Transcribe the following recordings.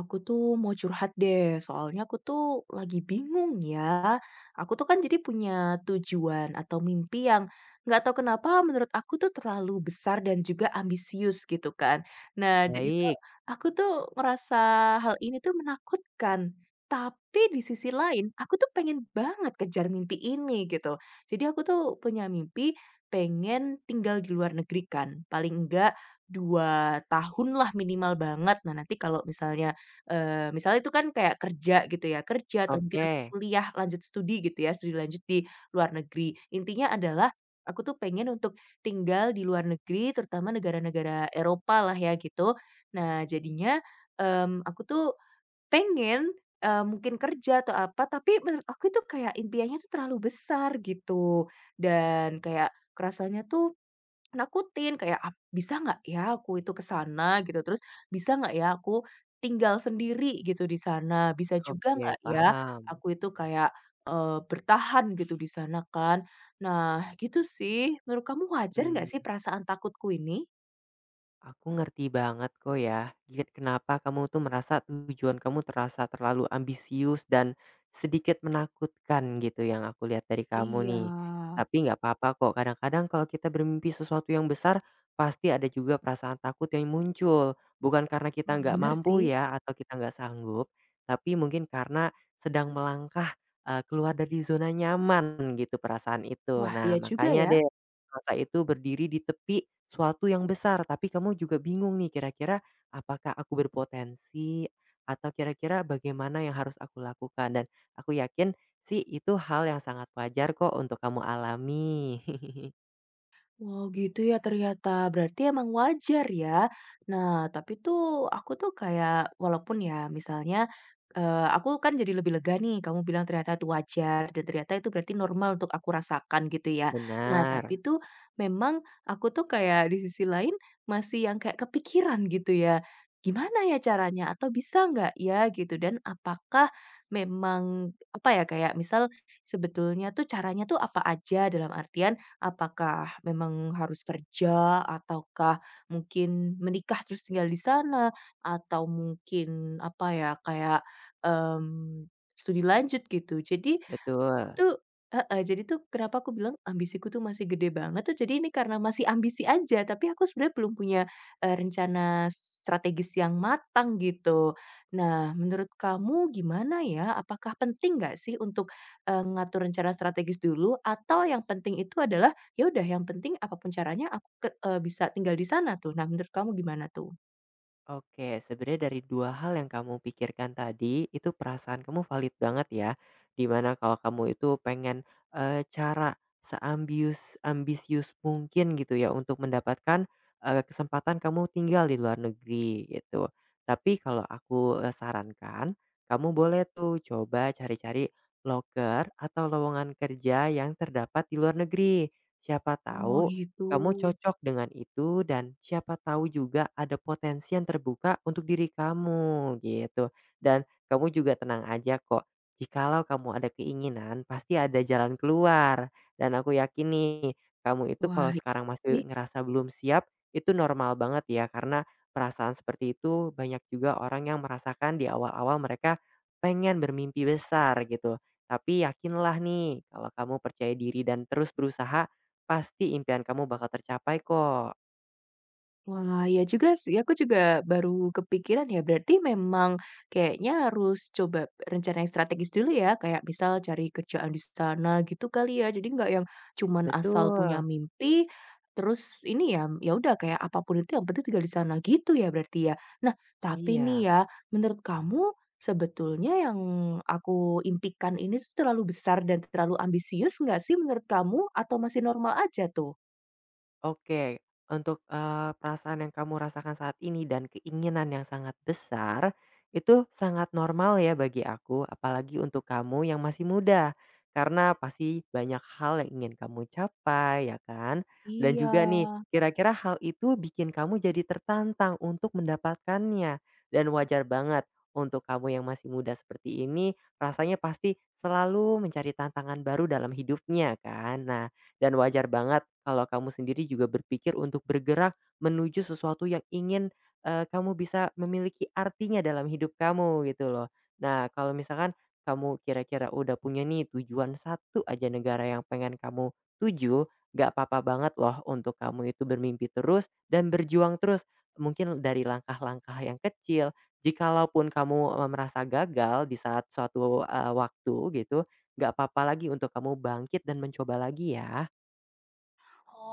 Aku tuh mau curhat deh, soalnya aku tuh lagi bingung ya. Aku tuh kan jadi punya tujuan atau mimpi yang nggak tahu kenapa menurut aku tuh terlalu besar dan juga ambisius gitu kan. Nah, jadi tuh Baik, aku tuh ngerasa hal ini tuh menakutkan. Tapi di sisi lain, aku tuh pengen banget kejar mimpi ini gitu. Jadi aku tuh punya mimpi pengen tinggal di luar negeri kan. Paling enggak 2 tahun lah minimal banget. Nah nanti kalau misalnya misalnya itu kan kayak kerja gitu ya, kerja atau mungkin oke, aku kuliah lanjut studi gitu ya, studi lanjut di luar negeri. Intinya adalah aku tuh pengen untuk tinggal di luar negeri, terutama negara-negara Eropa lah ya gitu. Nah jadinya, aku tuh pengen, mungkin kerja atau apa, tapi menurut aku itu kayak impiannya tuh terlalu besar gitu, dan kayak kerasanya tuh nakutin kayak, "Bisa nggak ya aku itu ke sana?" gitu, terus, "Bisa nggak ya aku tinggal sendiri gitu di sana? Bisa juga oke, nggak ya paham, aku itu kayak, bertahan gitu di sana kan?" Nah, gitu sih. Menurut kamu wajar nggak mmm. sih perasaan takutku ini? Aku ngerti banget kok ya, lihat kenapa kamu tuh merasa tujuan kamu terasa terlalu ambisius dan sedikit menakutkan gitu yang aku lihat dari kamu Iya. nih. Tapi nggak apa-apa kok, kadang-kadang kalau kita bermimpi sesuatu yang besar, pasti ada juga perasaan takut yang muncul. Bukan karena kita Wah, nggak bener mampu sih. ya, atau kita nggak sanggup, tapi mungkin karena sedang melangkah keluar dari zona nyaman gitu perasaan itu. Wah, Nah, ya juga makanya ya. deh Selasa itu berdiri di tepi suatu yang besar, tapi kamu juga bingung nih kira-kira apakah aku berpotensi atau kira-kira bagaimana yang harus aku lakukan? Dan aku yakin sih itu hal yang sangat wajar kok untuk kamu alami. Wow, gitu ya ternyata. Berarti emang wajar ya. Nah, tapi tuh aku tuh kayak walaupun ya misalnya, aku kan jadi lebih lega nih, kamu bilang ternyata itu wajar dan ternyata itu berarti normal untuk aku rasakan gitu ya. Nah, Benar, tapi tuh memang aku tuh kayak di sisi lain masih yang kayak kepikiran gitu ya, gimana ya caranya atau bisa nggak ya gitu dan apakah memang apa ya, kayak misal sebetulnya tuh caranya tuh apa aja dalam artian, apakah memang harus kerja ataukah mungkin menikah terus tinggal di sana atau mungkin apa ya, kayak, mmm, studi lanjut gitu. Jadi aku betul. tuh heeh, jadi tuh kenapa aku bilang ambisiku tuh masih gede banget tuh jadi ini karena masih ambisi aja, tapi aku sebenarnya belum punya, rencana strategis yang matang gitu. Nah, menurut kamu gimana ya? Apakah penting nggak sih untuk, ngatur rencana strategis dulu atau yang penting itu adalah ya udah yang penting apapun caranya aku ke bisa tinggal di sana tuh. Nah menurut kamu gimana tuh? Oke, sebenarnya dari dua hal yang kamu pikirkan tadi, itu perasaan kamu valid banget ya, dimana kalau kamu itu pengen cara seambius ambisius mungkin gitu ya untuk mendapatkan kesempatan kamu tinggal di luar negeri gitu. Tapi kalau aku sarankan, kamu boleh tuh coba cari-cari loker atau lowongan kerja yang terdapat di luar negeri. Siapa Oh tahu gitu. kamu cocok dengan itu dan siapa tahu juga ada potensi yang terbuka untuk diri kamu gitu. Dan kamu juga tenang aja kok, jikalau kamu ada keinginan pasti ada jalan keluar. Dan aku yakin nih, kamu itu Wah kalau i sekarang masih ngerasa belum siap, itu normal banget ya karena perasaan seperti itu banyak juga orang yang merasakan di awal-awal mereka pengen bermimpi besar gitu. Tapi yakinlah nih, kalau kamu percaya diri dan terus berusaha pasti impian kamu bakal tercapai kok. Wah, ya juga sih, aku juga baru kepikiran ya, berarti memang kayaknya harus coba rencana yang strategis dulu ya, kayak misal cari kerjaan di sana gitu kali ya. Jadi nggak yang cuman asal punya Betul, mimpi, terus ini ya, ya udah kayak apapun itu yang penting tinggal di sana gitu ya berarti ya. Nah, tapi nih iya. ya, menurut kamu sebetulnya yang aku impikan ini tuh terlalu besar dan terlalu ambisius nggak sih menurut kamu atau masih normal aja tuh? Oke, untuk, perasaan yang kamu rasakan saat ini dan keinginan yang sangat besar, itu sangat normal ya bagi aku, apalagi untuk kamu yang masih muda. Karena pasti banyak hal yang ingin kamu capai, ya kan? Dan Iya. juga nih, kira-kira hal itu bikin kamu jadi tertantang untuk mendapatkannya. Dan wajar banget untuk kamu yang masih muda seperti ini, rasanya pasti selalu mencari tantangan baru dalam hidupnya kan. Nah, dan wajar banget kalau kamu sendiri juga berpikir untuk bergerak menuju sesuatu yang ingin, kamu bisa memiliki artinya dalam hidup kamu gitu loh. Nah, kalau misalkan kamu kira-kira udah punya nih tujuan satu aja negara yang pengen kamu tuju, gak apa-apa banget loh untuk kamu itu bermimpi terus dan berjuang terus. Mungkin dari langkah-langkah yang kecil, jikalaupun kamu, merasa gagal di saat suatu, waktu gitu, gak apa-apa lagi untuk kamu bangkit dan mencoba lagi ya.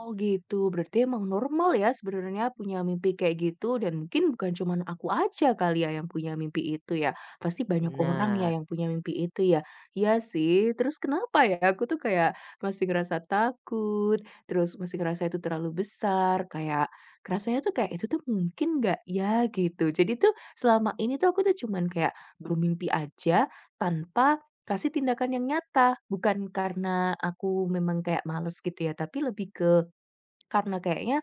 Oh gitu, berarti emang normal ya sebenarnya punya mimpi kayak gitu dan mungkin bukan cuman aku aja kali ya yang punya mimpi itu ya. Pasti banyak orang ya Benar. yang punya mimpi itu ya. Iya sih, terus kenapa ya aku tuh kayak masih ngerasa takut, terus masih ngerasa itu terlalu besar, kayak rasanya tuh kayak itu tuh mungkin nggak ya gitu. Jadi tuh selama ini tuh aku tuh cuman kayak bermimpi aja tanpa kasih tindakan yang nyata bukan karena aku memang kayak males gitu ya tapi lebih ke karena kayaknya,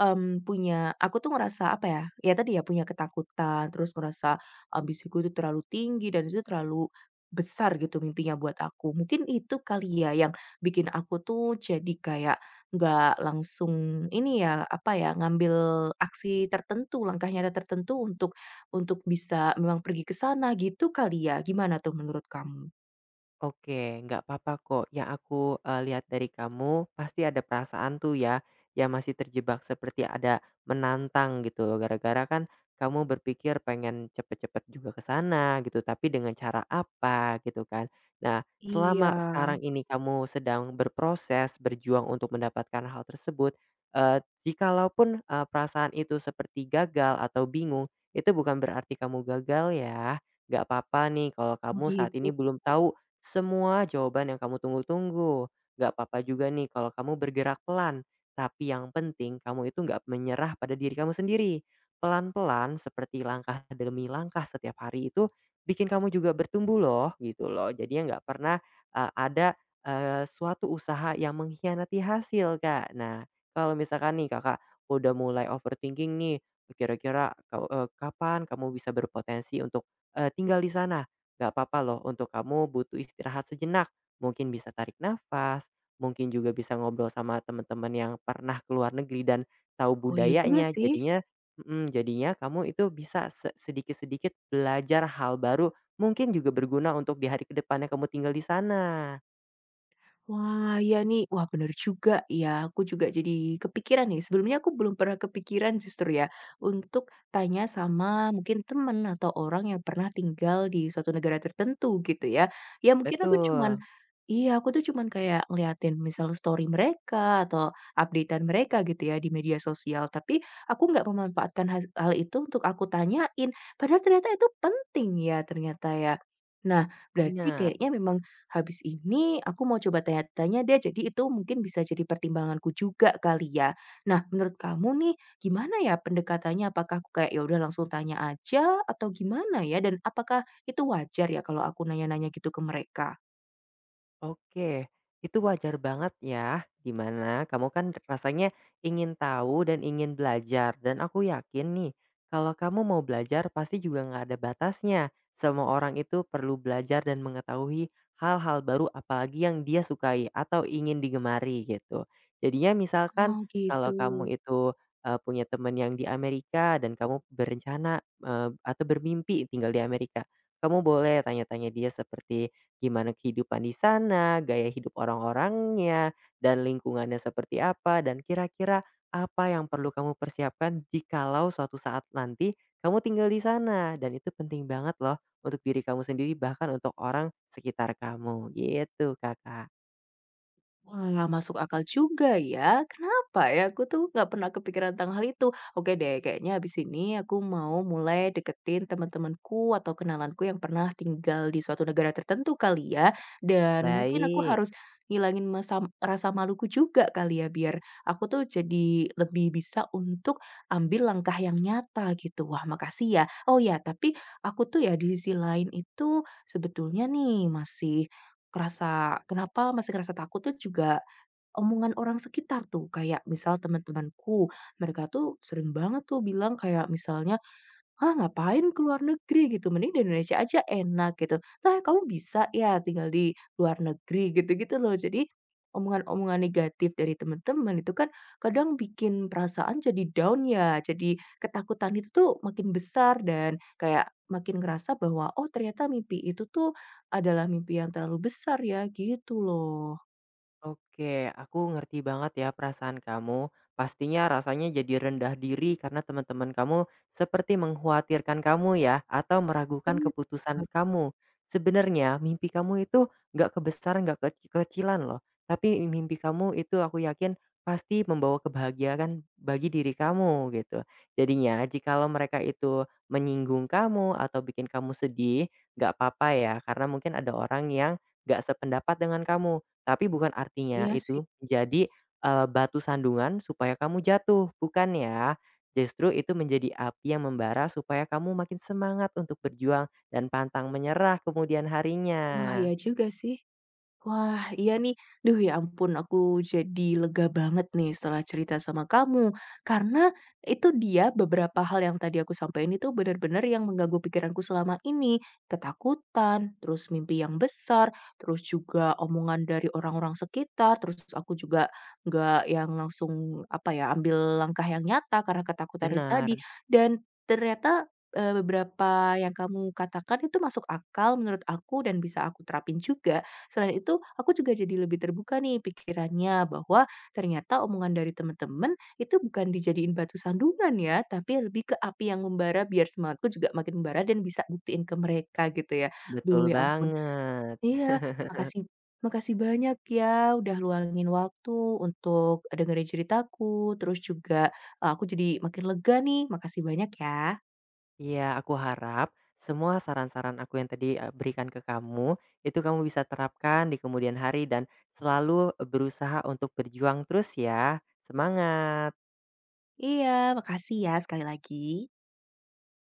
punya aku tuh ngerasa apa ya, ya tadi ya punya ketakutan, terus ngerasa ambisiku itu terlalu tinggi dan itu terlalu besar gitu mimpinya buat aku. Mungkin itu kali ya yang bikin aku tuh jadi kayak nggak langsung ini ya, apa ya, ngambil aksi tertentu, langkah nyata tertentu untuk bisa memang pergi ke sana gitu kali ya? Gimana tuh menurut kamu? Oke, nggak apa-apa kok. Yang aku, lihat dari kamu pasti ada perasaan tuh ya, yang masih terjebak seperti ada menantang gitu loh, gara-gara kan kamu berpikir pengen cepet-cepet juga ke sana gitu, tapi dengan cara apa gitu kan. Nah, Iya, selama sekarang ini kamu sedang berproses, berjuang untuk mendapatkan hal tersebut, jikalaupun, perasaan itu seperti gagal atau bingung, itu bukan berarti kamu gagal ya. Nggak apa-apa nih kalau kamu saat begitu. ini belum tahu semua jawaban yang kamu tunggu-tunggu. Gak apa-apa juga nih kalau kamu bergerak pelan. Tapi yang penting kamu itu gak menyerah pada diri kamu sendiri. Pelan-pelan seperti langkah demi langkah setiap hari itu bikin kamu juga bertumbuh loh gitu loh. Jadinya gak pernah ada suatu usaha yang mengkhianati hasil kak. Nah, kalau misalkan nih kakak udah mulai overthinking nih kira-kira kapan kamu bisa berpotensi untuk tinggal di sana, gak apa-apa loh untuk kamu butuh istirahat sejenak, mungkin bisa tarik nafas, mungkin juga bisa ngobrol sama teman-teman yang pernah ke luar negeri dan tahu Oh iya juga budayanya. sih. Jadinya mhm, jadinya kamu itu bisa sedikit-sedikit belajar hal baru, mungkin juga berguna untuk di hari kedepannya kamu tinggal di sana. Wah, ya nih. Wah, bener juga ya. Aku juga jadi kepikiran nih. Sebelumnya aku belum pernah kepikiran justru ya untuk tanya sama mungkin temen atau orang yang pernah tinggal di suatu negara tertentu gitu ya. Ya mungkin aku cuman Betul, iya, aku tuh cuman kayak ngeliatin misal story mereka atau updatean mereka gitu ya di media sosial, tapi aku nggak memanfaatkan hal itu untuk aku tanyain. Padahal ternyata itu penting ya ternyata ya. Nah, berarti benar. kayaknya memang habis ini aku mau coba tanya-tanya deh, jadi itu mungkin bisa jadi pertimbanganku juga kali ya. Nah, menurut kamu nih gimana ya pendekatannya? Apakah aku kayak, ya udah langsung tanya aja atau gimana ya? Dan apakah itu wajar ya kalau aku nanya-nanya gitu ke mereka? Oke, itu wajar banget ya, dimana kamu kan rasanya ingin tahu dan ingin belajar. Dan aku yakin nih, kalau kamu mau belajar pasti juga nggak ada batasnya. Semua orang itu perlu belajar dan mengetahui hal-hal baru apalagi yang dia sukai atau ingin digemari gitu. Jadinya misalkan Oh, kalau gitu. kamu itu punya teman yang di Amerika dan kamu berencana atau bermimpi tinggal di Amerika, kamu boleh tanya-tanya dia seperti gimana kehidupan di sana, gaya hidup orang-orangnya, dan lingkungannya seperti apa, dan kira-kira apa yang perlu kamu persiapkan jikalau suatu saat nanti kamu tinggal di sana. Dan itu penting banget loh untuk diri kamu sendiri bahkan untuk orang sekitar kamu gitu Kakak. Wah, masuk akal juga ya. Kenapa ya? Aku tuh nggak pernah kepikiran tentang hal itu. Oke deh, kayaknya habis ini aku mau mulai deketin teman-temanku atau kenalanku yang pernah tinggal di suatu negara tertentu kali ya. Dan mungkin aku Baik. harus ngilangin masa, rasa maluku juga kali ya, biar aku tuh jadi lebih bisa untuk ambil langkah yang nyata gitu. Wah, makasih ya. Oh ya, tapi aku tuh ya di sisi lain itu sebetulnya nih masih kerasa kenapa masih kerasa takut tuh juga omongan orang sekitar tuh, kayak misal teman-temanku, mereka tuh sering banget tuh bilang kayak misalnya, "Ah, ngapain ke luar negeri?" gitu, "mending di Indonesia aja enak," gitu. "Nah kamu bisa ya tinggal di luar negeri?" Gitu-gitu loh. Jadi, omongan-omongan negatif dari teman-teman itu kan kadang bikin perasaan jadi down ya, jadi ketakutan itu tuh makin besar dan kayak makin ngerasa bahwa, "Oh, ternyata mimpi itu tuh adalah mimpi yang terlalu besar ya," gitu loh. Oke, aku ngerti banget ya perasaan kamu. Pastinya rasanya jadi rendah diri karena teman-teman kamu seperti mengkhawatirkan kamu ya, atau meragukan Benar. keputusan kamu. Sebenarnya mimpi kamu itu nggak kebesaran, nggak kekecilan loh. Tapi mimpi kamu itu aku yakin pasti membawa kebahagiaan bagi diri kamu gitu. Jadinya jikalau mereka itu menyinggung kamu atau bikin kamu sedih, nggak apa-apa ya, karena mungkin ada orang yang gak sependapat dengan kamu tapi bukan artinya Iya sih. itu menjadi, batu sandungan supaya kamu jatuh, bukan ya. Justru itu menjadi api yang membara supaya kamu makin semangat untuk berjuang dan pantang menyerah kemudian Wah, harinya. iya juga sih. Wah, iya nih. Duh, ya ampun aku jadi lega banget nih setelah cerita sama kamu. Karena itu dia beberapa hal yang tadi aku sampaikan itu benar-benar yang mengganggu pikiranku selama ini. Ketakutan, terus mimpi yang besar, terus juga omongan dari orang-orang sekitar, terus aku juga nggak yang langsung apa ya, ambil langkah yang nyata karena ketakutan itu Benar, tadi. Dan ternyata beberapa yang kamu katakan itu masuk akal menurut aku dan bisa aku terapin juga. Selain itu, aku juga jadi lebih terbuka nih pikirannya bahwa ternyata omongan dari teman-teman itu bukan dijadiin batu sandungan ya, tapi lebih ke api yang membara biar semangatku juga makin membara dan bisa buktiin ke mereka gitu ya. betul Duh ya ampun. banget. Iya, makasih makasih banyak ya udah luangin waktu untuk dengerin ceritaku, terus juga, aku jadi makin lega nih. Makasih banyak ya. Iya, aku harap semua saran-saran aku yang tadi, berikan ke kamu, itu kamu bisa terapkan di kemudian hari dan selalu berusaha untuk berjuang terus ya. Semangat. Iya, makasih ya sekali lagi.